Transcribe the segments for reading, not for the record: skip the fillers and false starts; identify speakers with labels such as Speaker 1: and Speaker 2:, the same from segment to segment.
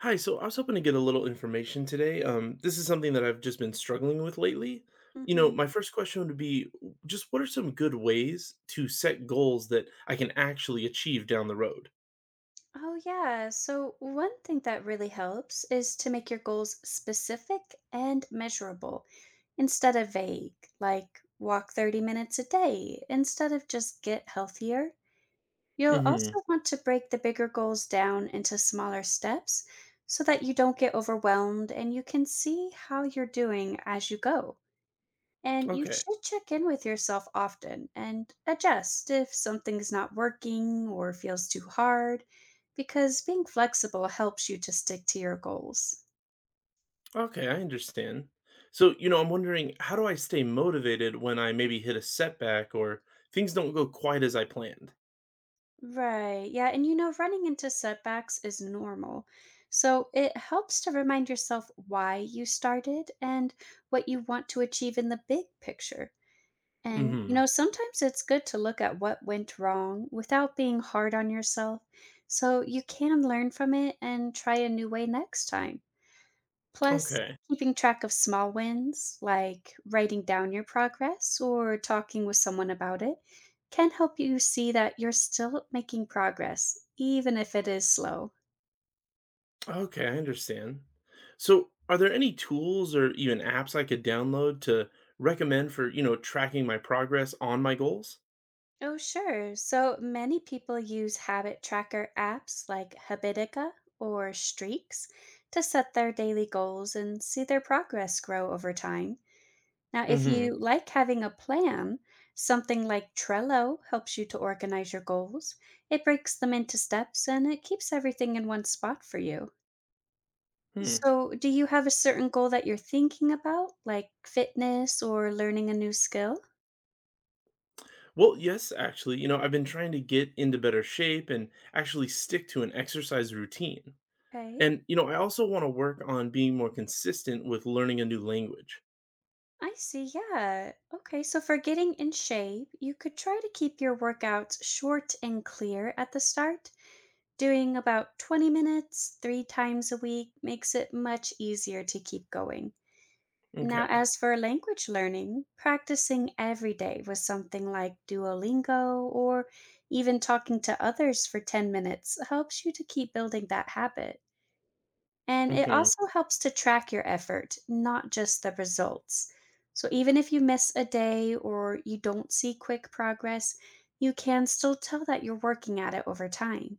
Speaker 1: Hi, so I was hoping to get a little information today. This is something that I've just been struggling with lately. You know,
Speaker 2: Hmm.
Speaker 1: my first question would be just what are some good ways to set goals that I can actually achieve down the road?
Speaker 2: Oh, yeah. So, one thing that really helps is to make your goals specific and measurable instead of vague, like walk 30 minutes a day instead of just get healthier. You'll
Speaker 1: Hmm.
Speaker 2: also want to break the bigger goals down into smaller steps so that you don't get overwhelmed and you can see how you're doing as you go. And you
Speaker 1: Okay.
Speaker 2: should check in with yourself often and adjust if something's not working or feels too hard, because being flexible helps you to stick to your goals.
Speaker 1: Okay, I understand. So, you know, I'm wondering, how do I stay motivated when I maybe hit a setback or things don't go quite as I planned?
Speaker 2: Right. Yeah. And you know, running into setbacks is normal. So it helps to remind yourself why you started and what you want to achieve in the big picture. And, you
Speaker 1: Hmm.
Speaker 2: know, sometimes it's good to look at what went wrong without being hard on yourself so you can learn from it and try a new way next time. Plus,
Speaker 1: Okay.
Speaker 2: keeping track of small wins, like writing down your progress or talking with someone about it, can help you see that you're still making progress, even if it is slow.
Speaker 1: Okay, I understand. So, are there any tools or even apps I could download to recommend for, you know, tracking my progress on my goals?
Speaker 2: Oh, sure. So many people use habit tracker apps like Habitica or Streaks to set their daily goals and see their progress grow over time. Now, if you
Speaker 1: Mhm.
Speaker 2: like having a plan, something like Trello helps you to organize your goals. It breaks them into steps and it keeps everything in one spot for you.
Speaker 1: Hmm.
Speaker 2: So, do you have a certain goal that you're thinking about, like fitness or learning a new skill?
Speaker 1: Well, yes, actually. You know, I've been trying to get into better shape and actually stick to an exercise routine.
Speaker 2: Okay.
Speaker 1: And, you know, I also want to work on being more consistent with learning a new language.
Speaker 2: I see. Yeah. Okay. So for getting in shape, you could try to keep your workouts short and clear at the start. Doing about 20 minutes three times a week makes it much easier to keep going. Now,
Speaker 1: Okay.
Speaker 2: as for language learning, practicing every day with something like Duolingo or even talking to others for 10 minutes helps you to keep building that habit. And it
Speaker 1: Mhm.
Speaker 2: also helps to track your effort, not just the results. So even if you miss a day or you don't see quick progress, you can still tell that you're working at it over time.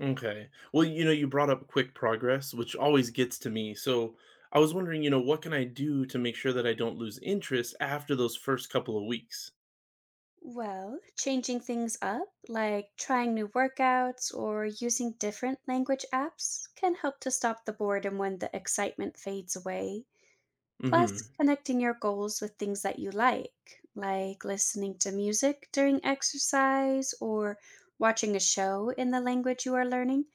Speaker 1: Okay. Well, you know, you brought up quick progress, which always gets to me. So I was wondering, you know, what can I do to make sure that I don't lose interest after those first couple of weeks?
Speaker 2: Well, changing things up, like trying new workouts or using different language apps, can help to stop the boredom when the excitement fades away. Plus,
Speaker 1: Hmm.
Speaker 2: connecting your goals with things that you like listening to music during exercise or watching a show in the language you are learning,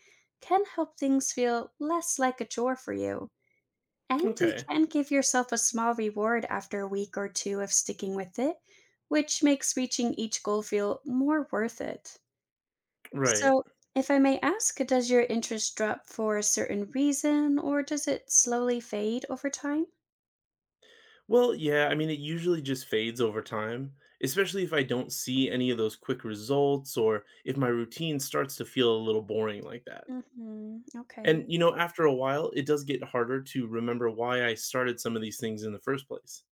Speaker 2: can help things feel less like a chore for you. And you
Speaker 1: Okay.
Speaker 2: can give yourself a small reward after a week or two of sticking with it, which makes reaching each goal feel more worth it.
Speaker 1: Right.
Speaker 2: So, if I may ask, does your interest drop for a certain reason or does it slowly fade over time?
Speaker 1: Well, yeah, I mean, it usually just fades over time, especially if I don't see any of those quick results or if my routine starts to feel a little boring like that.
Speaker 2: Mm-hmm. Okay.
Speaker 1: And, you know, after a while, it does get harder to remember why I started some of these things in the first place.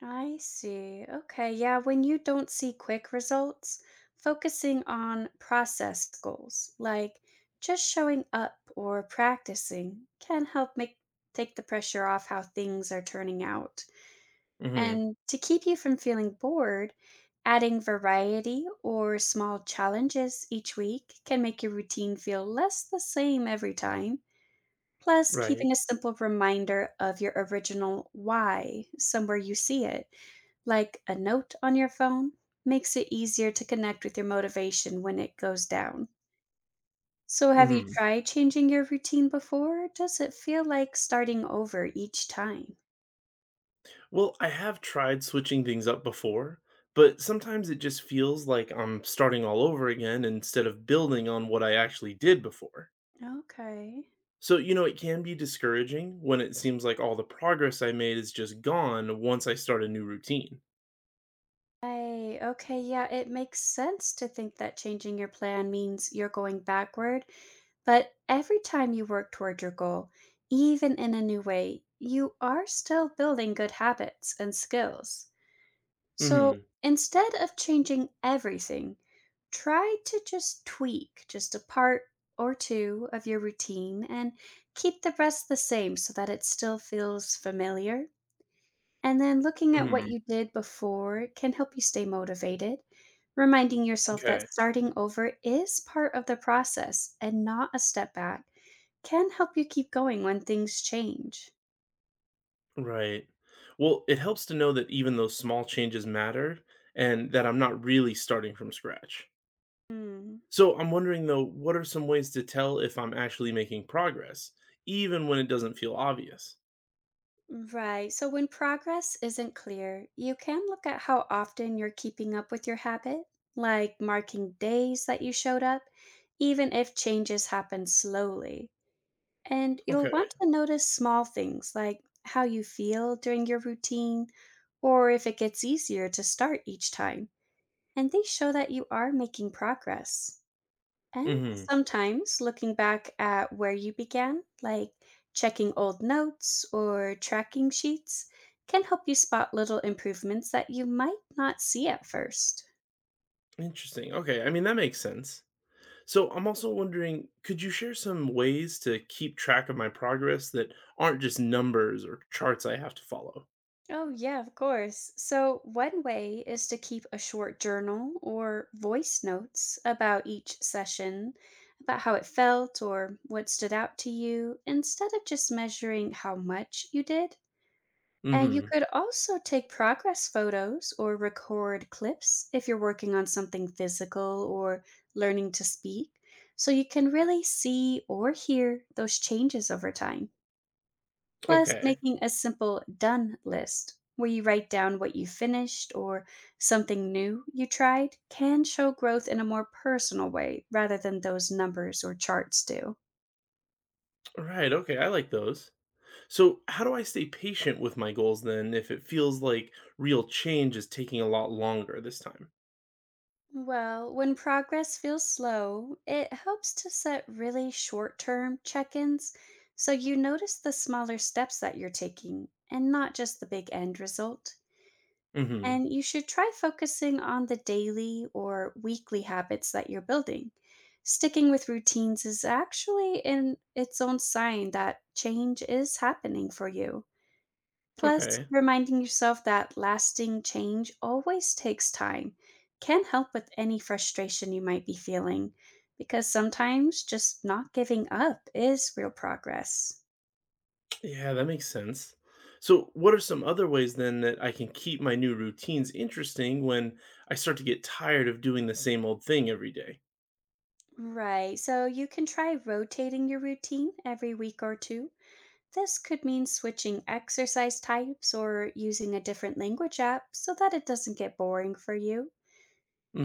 Speaker 2: I see. Okay. Yeah. When you don't see quick results, focusing on process goals, like just showing up or practicing, can help make take the pressure off how things are turning out.
Speaker 1: Hmm.
Speaker 2: And to keep you from feeling bored, adding variety or small challenges each week can make your routine feel less the same every time. Plus,
Speaker 1: Right.
Speaker 2: keeping a simple reminder of your original why somewhere you see it, like a note on your phone, makes it easier to connect with your motivation when it goes down. So, have you
Speaker 1: Hmm.
Speaker 2: tried changing your routine before? Does it feel like starting over each time?
Speaker 1: Well, I have tried switching things up before, but sometimes it just feels like I'm starting all over again instead of building on what I actually did before.
Speaker 2: Okay.
Speaker 1: So, you know, it can be discouraging when it seems like all the progress I made is just gone once I start a new routine.
Speaker 2: Right. Okay. Yeah, it makes sense to think that changing your plan means you're going backward. But every time you work toward your goal, even in a new way, you are still building good habits and skills. So
Speaker 1: Hmm.
Speaker 2: instead of changing everything, try to just tweak just a part or two of your routine and keep the rest the same so that it still feels familiar. And then looking at what
Speaker 1: Hmm.
Speaker 2: you did before can help you stay motivated, reminding yourself that
Speaker 1: Okay.
Speaker 2: starting over is part of the process and not a step back can help you keep going when things change.
Speaker 1: Right. Well, it helps to know that even those small changes matter and that I'm not really starting from scratch.
Speaker 2: Mm,
Speaker 1: So I'm wondering though, what are some ways to tell if I'm actually making progress, even when it doesn't feel obvious?
Speaker 2: right. So when progress isn't clear, you can look at how often you're keeping up with your habit, like marking days that you showed up, even if changes happen slowly. And you'll
Speaker 1: Okay.
Speaker 2: want to notice small things like how you feel during your routine or if it gets easier to start each time. And they show that you are making progress. And
Speaker 1: Hmm.
Speaker 2: sometimes looking back at where you began, like checking old notes or tracking sheets, can help you spot little improvements that you might not see at first.
Speaker 1: Interesting. Okay. I mean, that makes sense. So I'm also wondering, could you share some ways to keep track of my progress that aren't just numbers or charts I have to follow?
Speaker 2: Oh, yeah, of course. So, one way is to keep a short journal or voice notes about each session, about how it felt or what stood out to you, instead of just measuring how much you did. And you
Speaker 1: Hmm.
Speaker 2: could also take progress photos or record clips if you're working on something physical or learning to speak, so you can really see or hear those changes over time. Plus,
Speaker 1: Okay.
Speaker 2: making a simple done list where you write down what you finished or something new you tried can show growth in a more personal way rather than those numbers or charts do.
Speaker 1: Right. Okay. I like those. So how do I stay patient with my goals then if it feels like real change is taking a lot longer this time?
Speaker 2: Well, when progress feels slow, it helps to set really short term check ins so you notice the smaller steps that you're taking and not just the big end result.
Speaker 1: Hmm.
Speaker 2: And you should try focusing on the daily or weekly habits that you're building. Sticking with routines is actually in its own sign that change is happening for you. Plus,
Speaker 1: Okay.
Speaker 2: reminding yourself that lasting change always takes time can help with any frustration you might be feeling, because sometimes just not giving up is real progress.
Speaker 1: Yeah, that makes sense. So, what are some other ways then that I can keep my new routines interesting when I start to get tired of doing the same old thing every day?
Speaker 2: Right, so you can try rotating your routine every week or two. This could mean switching exercise types or using a different language app so that it doesn't get boring for you.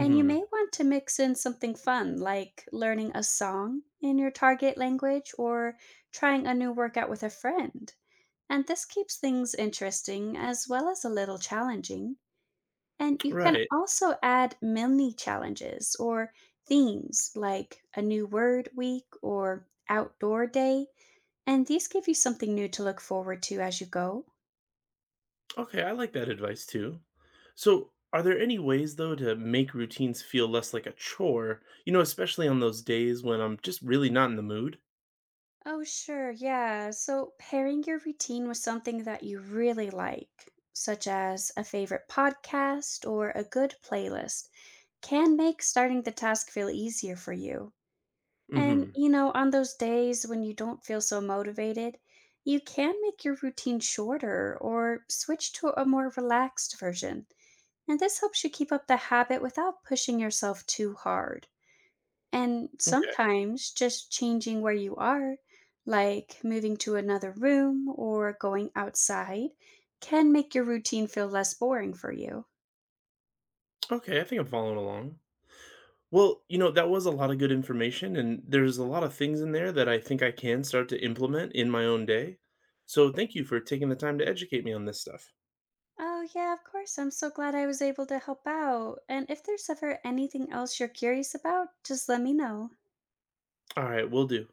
Speaker 2: And you may want to mix in something fun like learning a song in your target language or trying a new workout with a friend. And this keeps things interesting as well as a little challenging. And you can
Speaker 1: Right.
Speaker 2: also add mini challenges or themes like a new word week or outdoor day, and these give you something new to look forward to as you go.
Speaker 1: Okay, I like that advice too. So, are there any ways though to make routines feel less like a chore? You know, especially on those days when I'm just really not in the mood?
Speaker 2: Oh, sure, yeah. So, pairing your routine with something that you really like, such as a favorite podcast or a good playlist, can make starting the task feel easier for you. And,
Speaker 1: Mm-hmm.
Speaker 2: you know, on those days when you don't feel so motivated, you can make your routine shorter or switch to a more relaxed version. And this helps you keep up the habit without pushing yourself too hard. And
Speaker 1: Okay.
Speaker 2: sometimes just changing where you are, like moving to another room or going outside, can make your routine feel less boring for you.
Speaker 1: Okay, I think I'm following along. Well, you know, that was a lot of good information, and there's a lot of things in there that I think I can start to implement in my own day. So thank you for taking the time to educate me on this stuff.
Speaker 2: Oh, yeah, of course. I'm so glad I was able to help out. And if there's ever anything else you're curious about, just let me know.
Speaker 1: All right, will do.